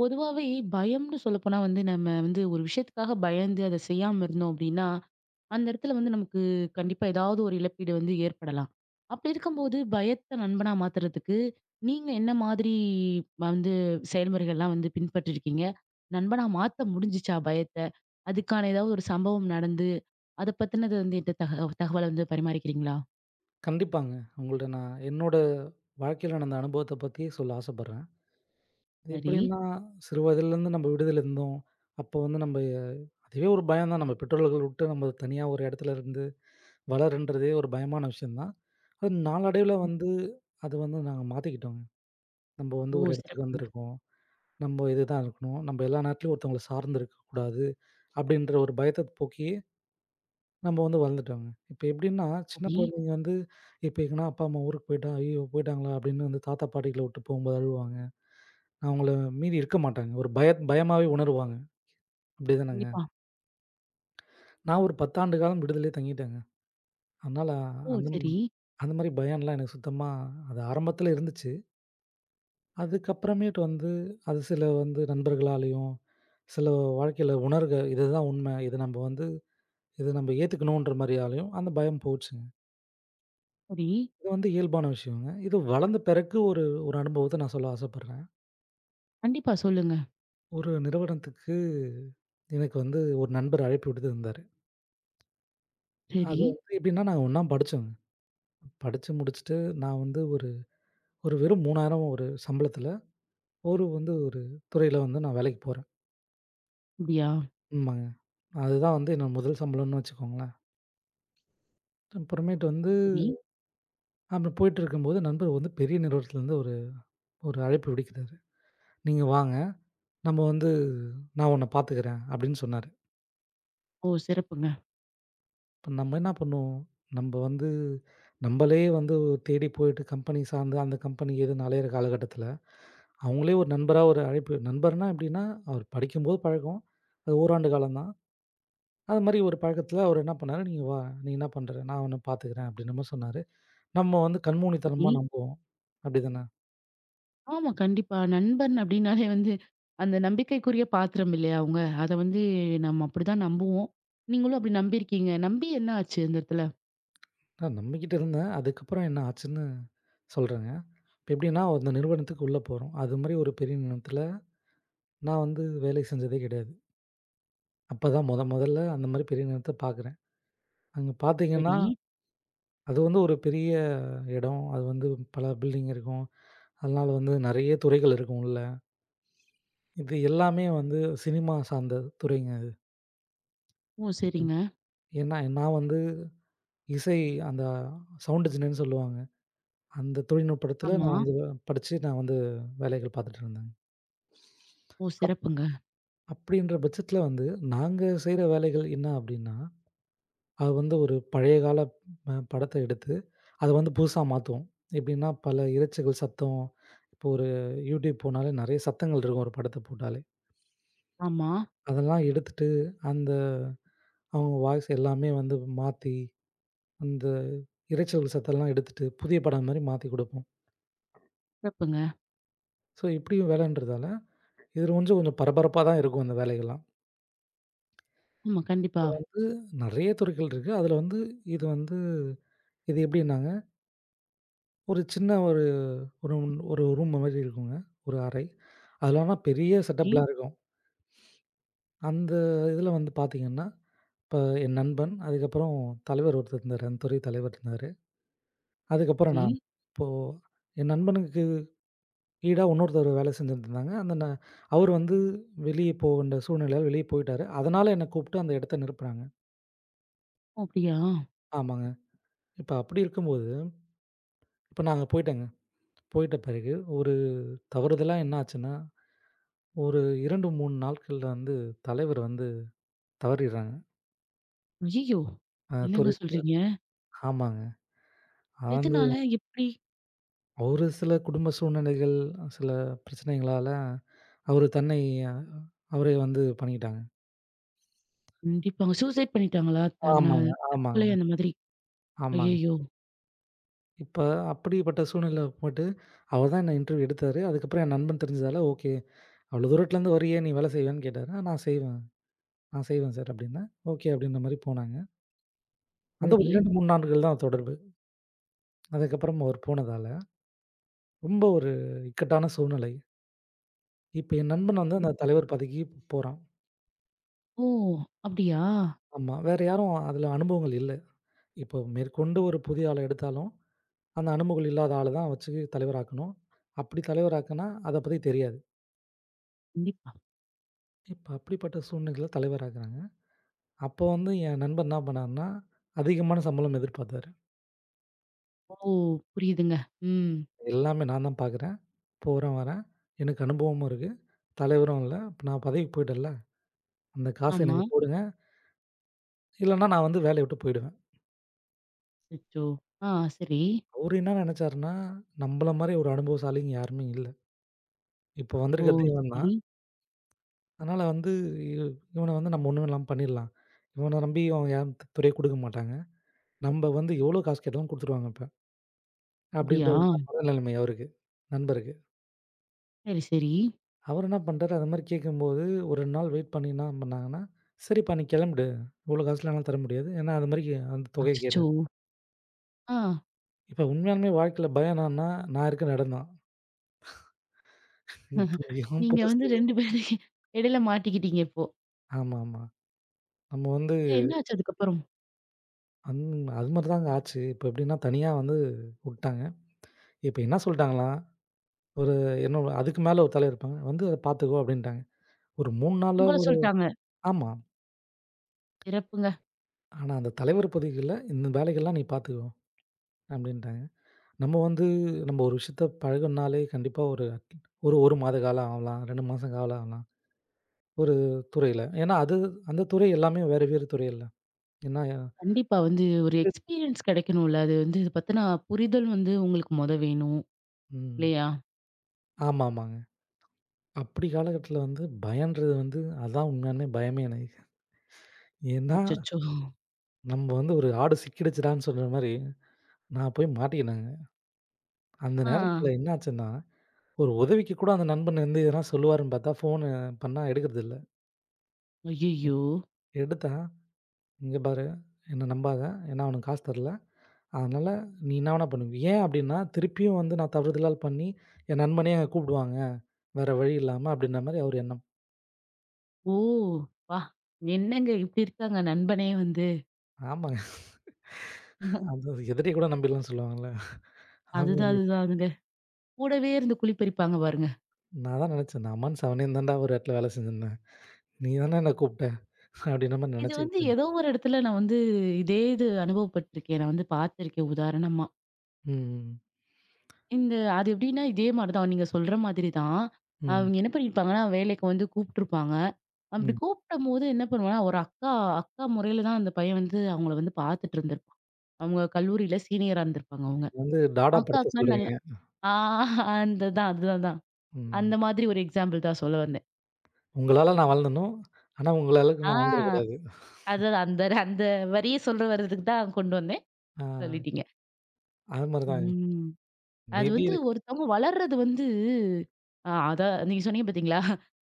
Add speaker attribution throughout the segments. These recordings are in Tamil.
Speaker 1: பொதுவாவே பயம்ன்னு சொல்லப்போனா வந்து, நம்ம வந்து ஒரு விஷயத்துக்காக பயந்து அத செய்யாம இருந்தோம் அப்டின்னா, அந்த இடத்துல வந்து நமக்கு கண்டிப்பா ஏதாவது ஒரு இழப்பீடு வந்து ஏற்படலாம். அப்படி இருக்கும்போது பயத்த நண்பனா மாத்துறதுக்கு, நீங்க என்ன மாதிரி வந்து செயல்முறைகள்லாம் வந்து பின்பற்றிருக்கீங்க? நண்பனா மாத்த முடிஞ்சுச்சா பயத்த? அதுக்கான ஏதாவது ஒரு சம்பவம் நடந்து, அத பத்தினது வந்து என்ட்ட தகவல வந்து பரிமாறிக்கிறீங்களா?
Speaker 2: கண்டிப்பாங்க. உங்கள்ட்ட நான் என்னோட வாழ்க்கையில நடந்த அனுபவத்த பத்தி சொல்ல ஆசைப்படுறேன். அது
Speaker 1: சரி.
Speaker 2: எப்படின்னா, சிறு வயதிலேருந்து நம்ம விடுதியில இருந்தோம். அப்போ வந்து நம்ம அதுவே ஒரு பயம் தான். நம்ம பெற்றோர்கள் விட்டு நம்ம தனியா ஒரு இடத்துல இருந்து வளர்ன்றதே ஒரு பயமான விஷயம் தான். அது நாளடைவில வந்து அது வந்து நாங்க மாத்திக்கிட்டோங்க. நம்ம வந்து
Speaker 1: ஓ!
Speaker 2: ஒரு இடத்துக்கு
Speaker 1: சிறப்புங்க.
Speaker 2: வந்திருக்கோம். நம்ம இதுதான் இருக்கணும். நம்ம எல்லா நேரத்துலயும் ஒருத்தவங்கள சார்ந்து இருக்கக்கூடாது. அப்படின்ற ஒரு பயத்த போக்கி நம்ம வந்து வளர்ந்துட்டோங்க. இப்ப எப்படின்னா, சின்ன
Speaker 1: சரி.
Speaker 2: குழந்தைங்க வந்து இப்ப எங்கன்னா அப்பா, அம்மா ஊருக்கு போயிட்டா, "ஐயய்யோ! போயிட்டாங்களா?" அப்படின்னு வந்து தாத்தா, பாட்டிகள விட்டு போம்போது அழுவாங்க. அவங்கள மீறி இருக்க மாட்டாங்க. ஒரு பயமாவே உணருவாங்க. அப்படிதானங்க.
Speaker 1: கண்டிப்பா.
Speaker 2: நான் ஒரு 10 ஆண்டு காலம் விடுதலையே தங்கிட்டேங்க. அதனால
Speaker 1: ஓ!
Speaker 2: அந்த ம்
Speaker 1: சரி,
Speaker 2: அந்த மாரி பயம்லாம் எனக்கு சுத்தமா அது ஆரம்பத்துல இருந்துச்சு. அதுக்கப்புறமேட்டு வந்து அது சில வந்து நண்பர்களாலயும், சில வாழ்க்கையில உணர்க இதுதான் உண்மை. இத நம்ம வந்து இத நம்ம ஏத்துக்கணுன்ற மாரியாலயும் அந்த பயம் போச்சுங்க.
Speaker 1: சரி.
Speaker 2: இது வந்து இயல்பான விஷயங்க. இது வளர்ந்த பிறகு ஒரு ஒரு அனுபவத்த நான் சொல்ல ஆசைப்படுறேன்.
Speaker 1: கண்டிப்பா சொல்லுங்க.
Speaker 2: ஒரு நிறுவனத்துக்கு எனக்கு வந்து ஒரு நண்பர் அழைப்பு விடுத்திருந்தாரு.
Speaker 1: சரி.
Speaker 2: அது வந்து எப்படின்னா நாங்க ஒண்ணா படிச்சோங்க. படிச்சு முடிச்சுட்டு நான் வந்து ஒரு ஒரு வெறும் 3,000 ஒரு சம்பளத்தில ஒரு வந்து ஒரு துறையில வந்து நான் வேலைக்கு போறேன்.
Speaker 1: அப்படியா?
Speaker 2: ஆமாங்க. அதுதான் வந்து என்னோட முதல் சம்பளம்னு வச்சுக்கோங்களேன். அப்புறமேட்டு வந்து
Speaker 1: சரி.
Speaker 2: அப்படி போயிட்டு இருக்கும்போது நண்பர் வந்து பெரிய நிறுவனத்திலருந்து ஒரு ஒரு அழைப்பு விடுக்கிறாரு. "நீங்க வாங்க. நம்ம வந்து நான் உன்ன பார்த்துக்கிறேன்" அப்படின்னு சொன்னாரு.
Speaker 1: ஓ! சிறப்புங்க.
Speaker 2: இப்ப நம்ம என்ன பண்ணுவோம்? நம்ப வந்து நம்பளே வந்து தேடி போயிட்டு கம்பெனி சார்ந்து, அந்த கம்பெனி ஏதுன்னு அலையிற காலகட்டத்தில, அவங்களே ஒரு நண்பரா ஒரு அழைப்பு நண்பர்னா எப்படின்னா, அவர் படிக்கும்போது பழக்கம். அது ஓராண்டு காலம் தான். அது மாரி ஒரு பழக்கத்தில அவர் என்ன பண்ணாரு, "நீங்க வா, நீ என்ன பண்ற? நான் உன்ன பார்த்துக்கிறேன்" அப்படின்ற மாரி சொன்னாரு. நம்ம வந்து
Speaker 1: சரி.
Speaker 2: கண்மூடித்தனமா நம்புவோம். அப்படிதானே?
Speaker 1: ஆமா, கண்டிப்பா. நண்பன் அப்டின்னாலே வந்து, அந்த நம்பிக்கைக்குரிய பாத்திரம் இல்லையா அவங்க? அத வந்து நம்ம அப்படிதான் நம்புவோம். நீங்களும் அப்படி நம்பியிருக்கீங்க. நம்பி என்ன ஆச்சு அந்த இடத்துல?
Speaker 2: நான் நம்பிக்கிட்டு இருந்தேன். அதுக்கப்புறம் என்ன ஆச்சுன்னு சொல்றேங்க. இப்ப எப்படின்னா, அந்த நிறுவனத்துக்கு உள்ள போறோம். அது மாரி ஒரு பெரிய நிறுவனத்தில நான் வந்து வேலை செஞ்சதே கிடையாது. அப்பதான் மொதல்ல அந்த மாரி பெரிய நிலத்த பார்க்குறேன். அங்க பார்த்தீங்கன்னா,
Speaker 1: சரி.
Speaker 2: அது வந்து ஒரு பெரிய இடம். அது வந்து பல பில்டிங் இருக்கும். அதனால வந்து நெறைய துறைகள் இருக்கும் உள்ள. இது எல்லாமே வந்து சினிமா சார்ந்த துறைங்க.
Speaker 1: ஓ! சரிங்க.
Speaker 2: ஏன்னா, நான் வந்து இசை அந்த சவுண்ட் இன்ஜினியர்ன்னு சொல்லுவாங்க. அந்த தொழில்நுட்பத்துல
Speaker 1: ஆமா.
Speaker 2: நான் வந்து படிச்சு நான் வந்து வேலைகள் பார்த்துட்டு இருந்தேன்.
Speaker 1: ஓ! சிறப்புங்க.
Speaker 2: அப்படின்ற பட்சத்துல வந்து நாங்க செய்ற வேலைகள் என்ன அப்படின்னா அது வந்து ஒரு பழைய கால அ படத்த எடுத்து, அத வந்து புதுசா மாத்துவோம். எப்படின்னா, பல இரைச்சைகள் சத்தம், இப்போ ஒரு யூடியூப் போனாலே நெறைய சத்தங்கள் இருக்கும் ஒரு படத்த போட்டாலே.
Speaker 1: ஆமா.
Speaker 2: அதெல்லாம் எடுத்துட்டு, அந்த அவங்க வாய்ஸ் எல்லாமே வந்து மாத்தி, அந்த இரைச்சல் சத்தம்லாம் எடுத்துட்டு, புதிய படம் மாரி மாத்தி குடுப்போம்.
Speaker 1: சிறப்புங்க.
Speaker 2: ஸோ இப்படியும் வேலைன்றதால, இது கொஞ்சம் கொஞ்சம் பரபரப்பா தான் இருக்கும் அந்த வேலைகள்லாம்.
Speaker 1: ஆமா, கண்டிப்பா.
Speaker 2: இது நெறைய துறைகள் இருக்கு. அதுல வந்து இது வந்து இது எப்படின்னாங்க, ஒரு சின்ன ஒரு ஒரு ஒரு ரூம் மாரி இருக்குங்க. ஒரு அறை. அதுல ஆனா பெரிய
Speaker 1: சரி,
Speaker 2: செட்டப்லாம் இருக்கும். அந்த இதுல வந்து பாத்தீங்கன்னா, இப்ப என் நண்பன், அதுக்கப்புறம் தலைவர் ஒருத்தர் இருந்தாரு. அந்த துறை தலைவர் இருந்தாரு. அதுக்கப்புறம்
Speaker 1: சரி.
Speaker 2: நான். இப்போ என் நண்பனுக்கு ஈடா இன்னொருத்தர் வேலை செஞ்சுட்டு இருந்தாங்க. அந்த ந அவரு வந்து வெளிய போ வேண்ட சூழ்நிலையால வெளிய போயிட்டாரு. அதனால என்ன கூப்ட்டு அந்த இடத்த நிரப்புனாங்க.
Speaker 1: ஓ! அப்படியா?
Speaker 2: ஆமாங்க. இப்ப அப்படி இருக்கும்போது, இப்ப நாங்க போயிட்டோங்க. போயிட்ட பிறகு ஒரு தவறுதலா என்ன ஆச்சுன்னா, ஒரு 2, 3 நாட்கள்ல வந்து தலைவர் வந்து தவறிடுறாங்க.
Speaker 1: ஐயய்யோ!
Speaker 2: அ
Speaker 1: என்னங்க
Speaker 2: துறை
Speaker 1: சொல்றீங்க?
Speaker 2: ஆமாங்க. வந்து
Speaker 1: எதனால? எப்படி?
Speaker 2: ஒரு சில குடும்ப சூழ்நிலைகள், சில பிரச்சனைகளால அவரு தன்னை அவரே வந்து பண்ணிக்கிட்டாங்க.
Speaker 1: கண்டிப்பாங்க. சூசைட் பண்ணிட்டாங்களா?
Speaker 2: ஆமாங்க, ஆமாங்க,
Speaker 1: தற்கொலை அந்த மாதிரி.
Speaker 2: ஆமாங்க.
Speaker 1: ஐயய்யோ!
Speaker 2: இப்ப அப்படிப்பட்ட சூழ்நிலையில போயிட்டு, அவர் தான் என்ன இன்டர்வியூ எடுத்தாரு. அதுக்கப்புறம் என் நண்பன் தெரிஞ்சதால, "ஓகே, அவ்வளோ தூரத்துலருந்து வரியே, நீ வேலை செய்வியான்னு?" கேட்டாரு. "ஆ நான் செய்வேன். நான் செய்வேன் சார்" அப்படின்னேன். ஓகே அப்படின்ற மாரி போனாங்க. அந்த ஒரு
Speaker 1: சரி.
Speaker 2: 2, 3 நாட்கள் தான் தொடர்பு. அதுக்கப்புறம் அவர் போனதால, ரொம்ப ஒரு இக்கட்டான சூழ்நிலை. இப்ப என் நண்பன் வந்து அந்த தலைவர் பதவிக்கு போறான்.
Speaker 1: ஓ! அப்படியா?
Speaker 2: ஆமா. வேற யாரும் அதுல அனுபவங்கள் இல்ல. இப்போ மேற்கொண்டு ஒரு புதிய ஆள எடுத்தாலும், அந்த அனுபவங்கள் இல்லாத ஆள தான் வச்சு தலைவராக்கணும். அப்படி தலைவராக்குனா, அத பத்தி தெரியாது.
Speaker 1: கண்டிப்பா.
Speaker 2: இப்ப அப்படிப்பட்ட சூழ்நிலையில தலைவராக்குறாங்க. அப்போ வந்து என் நண்பர் என்ன பண்ணாருன்னா, அதிகமான சம்பளம் எதிர்பார்த்தாரு.
Speaker 1: ஓ! புரியுதுங்க. ம்.
Speaker 2: எல்லாமே நான் தான் பார்க்குறேன், போறேன், வரேன். எனக்கு அனுபவமும் இருக்கு. தலைவரும் இல்ல. இப்ப நான் பதவிக்கு போயிட்டேன்ல, அந்த காச
Speaker 1: ஆமா.
Speaker 2: எனக்கு போடுங்க. இல்லன்னா நான் வந்து வேலைய விட்டு போயிடுவேன்.
Speaker 1: அச்சச்சோ! ஆ சரி.
Speaker 2: அவரு என்ன நெனச்சாருன்னா, நம்பள மாரி ஒரு அனுபவசாலிங்க யாருமே இல்ல. இப்போ
Speaker 1: ஓ!
Speaker 2: வந்திருக்கிறது இவன் தான்.
Speaker 1: சரி.
Speaker 2: அதனால வந்து இவ இவன வந்து நம்ம ஒண்ணும் இல்லாம பண்ணிடலாம். இவன நம்பி அவங்க யாரும் துறைய குடுக்க மாட்டாங்க. நம்ப வந்து எவ்ளோ காசு கேட்டாலும் குடுத்துருவாங்க இப்ப. அப்படின்ற
Speaker 1: அப்படியா?
Speaker 2: ஒரு மனநிலைமை அவருக்கு, நண்பருக்கு.
Speaker 1: சரி, சரி.
Speaker 2: அவர் என்ன பண்றாரு, அது மாரி கேட்கும்போது ஒரு 2 நாள் வெயிட் பண்ணி என்ன பண்ணாங்கன்னா, "சரிப்பா நீ கெளம்பிடு. இவ்ளோ காசுலாம் என்னால தர முடியாது." ஏன்னா அது மாரி அந்த தொகைய
Speaker 1: அச்சச்சோ!
Speaker 2: கேட்டாரு.
Speaker 1: ஆ
Speaker 2: இப்ப உண்மையாலுமே வாழ்க்கையில பயம் என்னன்னா, நான் இருக்கிற இடம் தான். துறையும்
Speaker 1: நீங்க வந்து
Speaker 2: புதுசு.
Speaker 1: 2 பேரு இடையில மாட்டிக்கிட்டீங்க இப்போ.
Speaker 2: ஆமாமா. நம்ம வந்து
Speaker 1: சரி என்ன ஆச்சு அதுக்கப்புறம்?
Speaker 2: அந் அது மாரி தாங்க ஆச்சு. இப்ப எப்படின்னா தனியா வந்து உட்டாங்க. இப்ப என்ன சொல்ட்டாங்களாம் ஒரு இன்னும் அதுக்கு மேல ஒரு தலைவர் இருப்பாங்க. வந்து அத பார்த்துக்கோ அப்படின்ட்டாங்க. ஒரு 3 நாளா
Speaker 1: உங்கள
Speaker 2: ஒரு
Speaker 1: சொல்ட்டாங்க.
Speaker 2: ஆமா.
Speaker 1: சிறப்புங்க.
Speaker 2: ஆனா அந்த தலைவர் பதவிகள்ல இந்த வேலைகள்லாம் நீ பார்த்துக்கோ அப்படின்ட்டாங்க. நம்ம வந்து நம்ம ஒரு விஷயத்த பழகுனாலே கண்டிப்பா ஒரு ஒரு 1 மாத காலம் ஆகலாம். 2 மாசம் காலம் ஆகலாம். ஒரு துறையில. ஏன்னா அது அந்த துறை எல்லாமே வேறு வேறு துறை இல்ல. ஏன்னா
Speaker 1: கண்டிப்பா வந்து ஒரு எக்ஸ்பீரியன்ஸ் கிடைக்கணும்ல. அது வந்து இது பத்தின புரிதல் வந்து உங்களுக்கு மொத வேணும்.
Speaker 2: ம்.
Speaker 1: இல்லையா?
Speaker 2: ஆமாமாங்க. அப்படி காலகட்டத்தில வந்து பயம்ன்றது வந்து அதான் உண்மையாலுமே பயமே எனக்கு. ஏன்னா
Speaker 1: அச்சச்சோ!
Speaker 2: நம்ம வந்து ஒரு ஆடு சிக்கிடுச்சுடான்னு சொல்ற மாரி நான் போய் மாட்டிக்கினேங்க. அந்த
Speaker 1: ஆ.
Speaker 2: நேரத்தில என்ன ஆச்சுன்னா ஒரு உதவிக்கு கூட அந்த நண்பன் வந்து எதனா சொல்லுவாருன்னு பார்த்தா, ஃபோனு பண்ணா எடுக்கறதில்ல.
Speaker 1: ஐயய்யோ!
Speaker 2: எடுத்தா, "இங்க பாரு, என்ன நம்பாத. ஏன்னா அவனுக்கு காசு தரல. அதனால நீ என்ன வேணா பண்ணுவ." ஏன் அப்டின்னா, திருப்பியும் வந்து நான் தவறுதலால் பண்ணி, என் நண்பனே கூப்பிடுவாங்க. வேற வழி இல்லாம அப்டின்ற மாரி அவரு எண்ணம்.
Speaker 1: ஓ! அப்பா! என்னங்க இப்படி இருக்காங்க நண்பனே வந்து.
Speaker 2: ஆமாங்க. அது எதிரிய கூட நம்பிடலாம்னு சொல்லுவாங்கல்ல.
Speaker 1: அதுதான்
Speaker 2: ஆமாங்க.
Speaker 1: அதுதான் அதுங்க. கூடவே இருந்து குழி பறிப்பாங்க பாருங்க.
Speaker 2: நான் தான் நெனச்சேன். நான் அம்மான்னு செவனேன்னு தான்டா ஒரு இடத்துல வேல செஞ்சிருந்தேன். நீ தானே என்ன கூப்ட்ட? அப்டின்ற மாரி
Speaker 1: இது வந்து
Speaker 2: நெனச்சுக்கிட்டேன்.
Speaker 1: ஏதோ ஒரு இடத்துல நான் வந்து இதே அனுபவப்பட்டுருக்கேன். நான் வந்து பார்த்துருக்கேன் உதாரணமா.
Speaker 2: ம்,
Speaker 1: இந்த அது எப்படின்னா இதே மாரி தான் நீங்க சொல்ற மாதிரி தான்.
Speaker 2: ம், ம்,
Speaker 1: அவங்க என்ன பண்ணியிருப்பாங்கன்னா, வேலைக்கு வந்து கூப்ட்டுருப்பாங்க. அப்படி
Speaker 2: ம்.
Speaker 1: கூப்பிடும்போது என்ன பண்ணுவேன்னா, ஒரு அக்கா அக்கா முறையில தான் அந்த பையன் வந்து அவங்கள வந்து பார்த்துட்டு இருந்திருப்பான். அவங்க கல்லூரியில சீனியரா இருந்திருப்பாங்க அவங்க.
Speaker 2: வந்து டாடா
Speaker 1: அக்கா
Speaker 2: படத்த
Speaker 1: அக்கா
Speaker 2: சொல்றீங்க.
Speaker 1: நல்லா ஆ அந்த தான் அதுதான்.
Speaker 2: ம்.
Speaker 1: அந்த மாதிரி ஒரு எக்ஸாம்பிள் தான் சொல்ல வந்தேன்.
Speaker 2: உங்களால நான் வாழணும். ஆனா, உங்க அளவுக்கு
Speaker 1: ஆ
Speaker 2: நான் வாழ்ந்துறக்கூடாது.
Speaker 1: அதான் அந்த அந்த வரிய சொல்ல வர்றதுக்கு தான் கொண்டு வந்தேன்.
Speaker 2: ஆ
Speaker 1: சொல்லிட்டீங்க.
Speaker 2: அது மாரி தான்.
Speaker 1: ம். அது
Speaker 2: மேபி
Speaker 1: வந்து
Speaker 2: இது
Speaker 1: ஒருத்தவங்க வளர்றது வந்து அதான் நீங்க சொன்னீங்க பார்த்தீங்களா?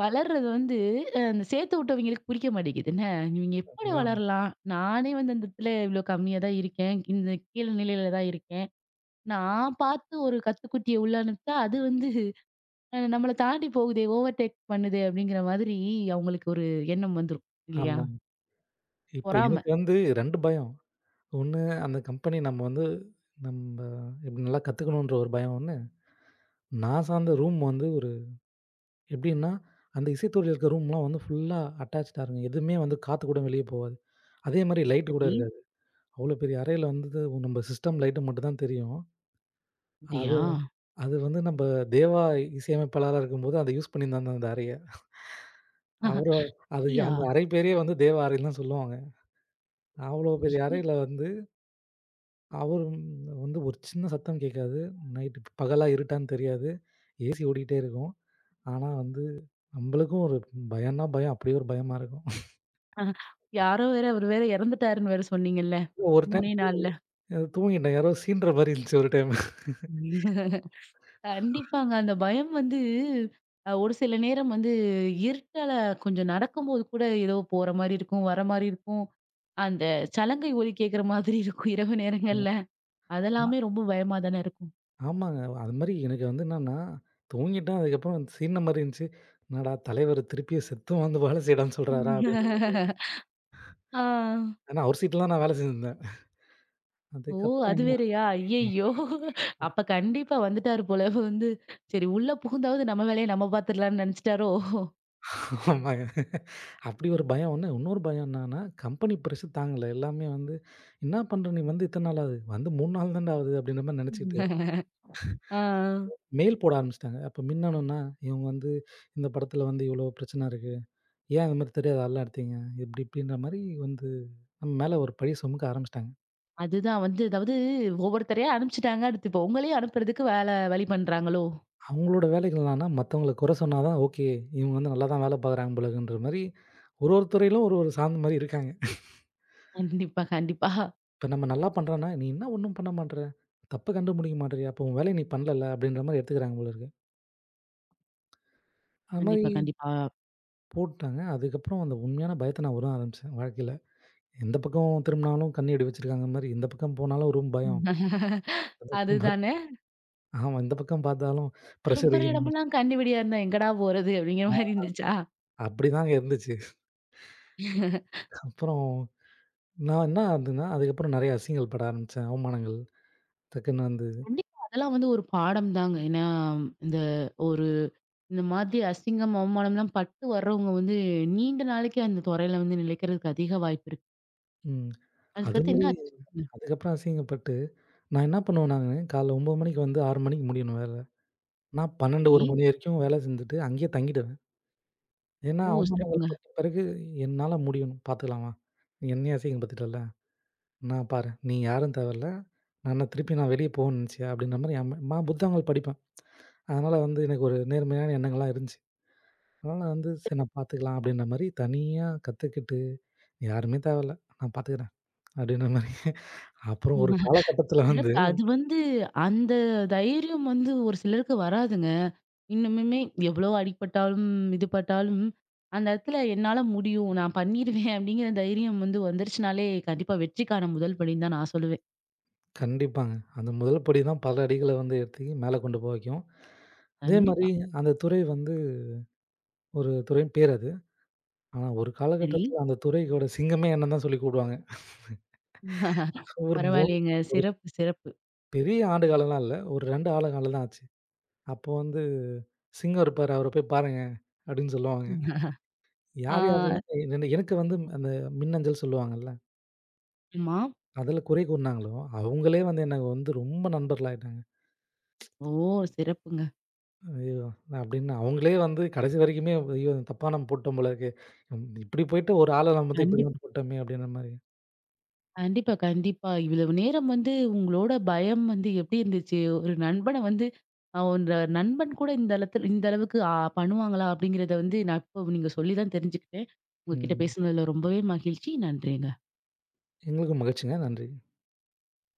Speaker 1: வளர்றது வந்து அந்த சேர்த்து விட்டவங்களுக்கு புடிக்க மாட்டேங்குது என்ன? இவங்க எப்படி
Speaker 2: அதான்.
Speaker 1: வளரலாம்? நானே வந்து அந்த இடத்துல இவ்ளோ கம்மியா தான் இருக்கேன். இந்த கீழ நிலையில தான் இருக்கேன். நான் பார்த்து ஒரு கத்துக்குட்டிய உள்ள அனுப்பிச்சா, அது வந்து நம்மள தாண்டி போகுதே, ஓவர்டேக் பண்ணுதே அப்படிங்கிற மாதிரி அவங்களுக்கு ஒரு எண்ணம் வந்துரும். இல்லையா?
Speaker 2: ஆமாங்க. இப்ப
Speaker 1: பொறாம.
Speaker 2: எனக்கு வந்து 2 பயம். ஒண்ணு அந்த கம்பெனி நம்ம வந்து நம்ப எப்டி நல்லா கத்துக்கணுன்ற ஒரு பயம் ஒண்ணு. நான் சார்ந்த ரூம் வந்து ஒரு எப்டின்னா, அந்த இசைத்துறையில இருக்க ரூம்லாம் வந்து ஃபுல்லா அட்டாச்டா இருக்கும். எதுவுமே வந்து காத்து கூட வெளிய போவாது. அதே மாரி லைட் கூட
Speaker 1: சரி.
Speaker 2: இருக்காது. அவ்ளோ பெரிய அறையில வந்து நம்ம சிஸ்டம் லைட் மட்டும் தான் தெரியும். அது
Speaker 1: அப்படியா?
Speaker 2: அது வந்து நம்ப தேவா இசையமைப்பாளரா இருக்கும்போது அத யூஸ் பண்ணியிருந்தாங்க அந்த அறைய. அவரு அது
Speaker 1: அப்படியா?
Speaker 2: அந்த அறை பேரே வந்து தேவ அறைன்னு தான் சொல்லுவாங்க. அவ்வளோ பெரிய அறையில வந்து அவரு வந்து ஒரு சின்ன சத்தம் கேட்காது. நைட்டு பகலா இருட்டான்னு தெரியாது. ஏசி ஓடிட்டே இருக்கும். ஆனா வந்து நம்மளுக்கும் ஒரு பயம்னா பயம். அப்படியே ஒரு பயமா இருக்கும்.
Speaker 1: அஹ. யாரோ வேற அவரு வேற இறந்துட்டாருன்னு வேற சொன்னீங்கல்ல.
Speaker 2: ஒரு டைம்
Speaker 1: 3 நாள்ல.
Speaker 2: தூங்கிட்டேன். யாரோ சீண்ட்ற மாரி இருந்துச்சு ஒரு டைம்.
Speaker 1: கண்டிப்பாங்க. அந்த பயம் வந்து ஒரு சில நேரம் வந்து இருட்டால கொஞ்சம் நடக்கும்போது கூட ஏதோ போற மாரி இருக்கும், வர மாரி இருக்கும். அந்த சலங்கை ஒலி கேட்கிற மாதிரி இருக்கும் இரவு நேரங்கள்ல.
Speaker 2: ஆமா.
Speaker 1: அதெல்லாமே ரொம்ப பயமா தானே இருக்கும்.
Speaker 2: ஆமாங்க. அது மாரி எனக்கு வந்து என்னன்னா, தூங்கிட்டேன் அதுக்கப்புறம் சீண்ட்ன மாரி இருந்துச்சு. என்னடா தலைவர் திருப்பியும் செத்தும் வந்து வேலை செய்யடான்னு சொல்றாரா? அப்படின்ற மாரி.
Speaker 1: ஆ.
Speaker 2: ஏன்னா அவர் சீட்ல தான் நான் வேலை செஞ்சிருந்தேன்.
Speaker 1: ஓ!
Speaker 2: அதுக்கப்புறம்
Speaker 1: அது
Speaker 2: என்ன
Speaker 1: வேறயா? ஐயய்யோ! அப்ப கண்டிப்பா வந்துட்டாரு போல வந்து, சரி உள்ள புகுந்தாவது நம்ம வேலைய நம்ம பார்த்துடலாம்ன்னு நினைச்சுட்டாரோ?
Speaker 2: ஆமாங்க. அப்படி ஒரு பயம் ஒண்ணு. இன்னொரு பயம் என்னன்னா, கம்பெனி பிரஷர் தாங்கல. எல்லாமே வந்து, "என்னா பண்ற நீ வந்து இத்தன நாள் ஆகுது? வந்து 3 நாள் தான்டா ஆகுது." அப்படின்ற மாரி நெனச்சுக்கிட்டு,
Speaker 1: ஆ.
Speaker 2: மெயில் போட ஆரம்பிச்சுட்டாங்க. அப்ப மின்னணுன்னா, "இவங்க வந்து இந்த படத்துல வந்து இவ்வளோ பிரச்சனை இருக்கு. ஏன் அது மாரி தெரியாத ஆள்லாம் எடுத்தீங்க?" இப்படி இப்படின்ற மாரி வந்து நம்ம மேல ஒரு பழிய சுமக்க ஆரம்பிச்சுட்டாங்க.
Speaker 1: அதுதான் வந்து அதாவது ஒவ்வொருத்தரையா அனுப்பிச்சுட்டாங்க. அடுத்து இப்ப உங்களையும் அனுப்புறதுக்கு வேல வழி பண்றாங்களோ!
Speaker 2: அவங்களோட வேலைகள் என்னன்னா, மத்தவங்கள குறை சொன்னா தான், "ஓகே, இவங்க வந்து நல்லா தான் வேலை பாக்குறாங்க போலருக்குன்ற" மாரி ஒரு ஒரு துறையிலும் ஒரு ஒரு சாந்து மாரி இருக்காங்க.
Speaker 1: கண்டிப்பா, கண்டிப்பா.
Speaker 2: இப்ப நம்ம நல்லா பண்றோம்னா, "நீ என்ன ஒண்ணும் பண்ண மாட்ற? தப்ப கண்டுபிடிக்க மாட்றியா? அப்போ உன் வேலைய நீ பண்ணலல்ல." அப்படின்ற மாரி எடுத்துக்கிறாங்க போல இருக்கு. அது மாரி
Speaker 1: கண்டிப்பா, கண்டிப்பா.
Speaker 2: போட்டாங்க. அதுக்கப்புறம் அந்த உண்மையான பயத்த நான் உணர ஆரம்பிச்சேன் வாழ்க்கையில. எந்த பக்கம் திரும்பினாலும் கண்ணி வெடி வச்சிருக்காங்க மாரி, இந்த பக்கம் போனாலும் ஒரு பயம். இந்த பக்கம் பாத்
Speaker 1: அதுதானே.
Speaker 2: ஆமா, இந்த பக்கம் பார்த்தாலும் ப்ரெஷர்
Speaker 1: திரும்புற இடமெல்லாம் கண்ணி வெடியா இருந்தா எங்கடா போறது? அப்பிடிங்கிற மாரி இருந்துச்சா?
Speaker 2: அப்படிதாங்க இருந்துச்சு. அப்புறம் நான் என்ன ஆகுதுன்னா, அதுக்கப்புறம் நெறைய அசிங்கங்கள் பட ஆரம்பிச்சேன். அவமானங்கள் டக்குன்னு வந்து
Speaker 1: கண்டிப்பா. அதெல்லாம் வந்து ஒரு பாடம் தாங்க. ஏன்னா, இந்த ஒரு இந்த மாதிரி அசிங்கம், அவமானம்லாம் பட்டு வர்றவங்க வந்து நீண்ட நாளைக்கு அந்த துறையில வந்து நிலைக்கிறதுக்கு அதிக வாய்ப்பு இருக்கு.
Speaker 2: ம். அது
Speaker 1: அதுக்கடுத்து
Speaker 2: மாரி
Speaker 1: என்ன ஆச்சு சொல்லுங்க?
Speaker 2: அதுக்கப்புறம் அசிங்கப்பட்டு, நான் என்ன பண்ணுவேன் நானு, காலைல 9:00 மணிக்கு வந்து 6:00 மணிக்கு முடியணும் வேல. நான் 12,
Speaker 1: சரி.
Speaker 2: 1 மணி வரைக்கும் வேலை செஞ்சுட்டு அங்கேயே தங்கிடுவேன். ஏன்னா,
Speaker 1: ஓ!
Speaker 2: அவமானங்கள்
Speaker 1: சிறப்புங்க.
Speaker 2: பட்ட பிறகு என்னால முடியும் பார்த்துக்கலாமா? என்னையே அசிங்கப்படுத்திட்டல்ல. நான் பாரு நீ யாரும் தேவையில்ல. நான் என்ன திருப்பி நான் வெளிய போகணும்னு நெனச்சியா? அப்படின்ற மாரி என் நான் புத்தகங்கள் படிப்பேன். அதனால வந்து எனக்கு ஒரு நேர்மையான எண்ணங்கள்லாம் இருந்துச்சு. அதனால வந்து சரி நான் பார்த்துக்கலாம் அப்படின்ற மாரி தனியா கத்துக்கிட்டு யாருமே தேவையில்ல. நான் பார்த்துக்கிறேன் அப்படின்ற மாரி. அப்புறம் ஒரு காலகட்டத்தில வந்து
Speaker 1: சிறப்பு. அது வந்து அந்த தைரியம் வந்து ஒரு சிலருக்கு வராதுங்க. இன்னமுமே எவ்வளோ அடிபட்டாலும், இது பட்டாலும், அந்த இடத்துல என்னால முடியும். நான் பண்ணிருவேன் அப்படிங்கிற தைரியம் வந்து வந்துருச்சுனாலே, கண்டிப்பா வெற்றிக்கான முதல் படின்னு தான் நான் சொல்லுவேன்.
Speaker 2: கண்டிப்பாங்க. அந்த முதல் படி தான் பல அடிகள வந்து எடுத்து மேல கொண்டு போய் வைக்கும். அதே மாரி
Speaker 1: கண்டிப்பா.
Speaker 2: அந்த துறை வந்து ஒரு துறையின் பேர் அது. ஆனா ஒரு
Speaker 1: சரி.
Speaker 2: காலகட்டத்தில அந்த துறையோட சிங்கமே என்னன்னு தான் சொல்லி கூப்பிடுவாங்க. ஒரு 3
Speaker 1: பரவாயில்லையேங்க. சிறப்பு, சிறப்பு.
Speaker 2: பெரிய ஆண்டு காலம்லாம் இல்ல. ஒரு 2 ஆண்டு காலம் தான் ஆச்சு. அப்போ வந்து சிங்கம் இருப்பாரு, அவர போய் பாருங்க அப்படின்னு சொல்லுவாங்க.
Speaker 1: ஆ
Speaker 2: யார் யாரெல்லாம் எனக்கு வந்து அந்த மின்னஞ்சல் சொல்லுவாங்கல்ல,
Speaker 1: ஆமா.
Speaker 2: அதில குறை கூறினாங்களோ, அவங்களே வந்து எனக்கு வந்து ரொம்ப நண்பர்களாயிட்டாங்க.
Speaker 1: ஓ! சிறப்புங்க.
Speaker 2: ஐயோ! அப்படின்னு அவங்களே வந்து கடைசி வரைக்குமே ஐயோ! தப்பா நம்ம போட்டோம் போல இருக்கு. இப்படி போயிட்டு ஒரு ஆள நம்ம வந்து இப்படிலாம்
Speaker 1: கண்டிப்பா.
Speaker 2: போட்டோமே அப்படின்ற மாரி.
Speaker 1: கண்டிப்பா, கண்டிப்பா. இவ்வளவு நேரம் வந்து உங்களோட பயம் வந்து எப்படி இருந்துச்சு? ஒரு நண்பன வந்து அந்த நண்பன் கூட இந்த இந்த அளவுக்கு பண்ணுவாங்களா? அப்படிங்கிறத வந்து நான் இப்போ நீங்க சொல்லி தான் தெரிஞ்சுக்கிட்டேன். உங்க கிட்ட
Speaker 2: ம்.
Speaker 1: பேசுனதுல ரொம்பவே மகிழ்ச்சி. நன்றிங்க.
Speaker 2: எங்களுக்கும் மகிழ்ச்சிங்க. நன்றி.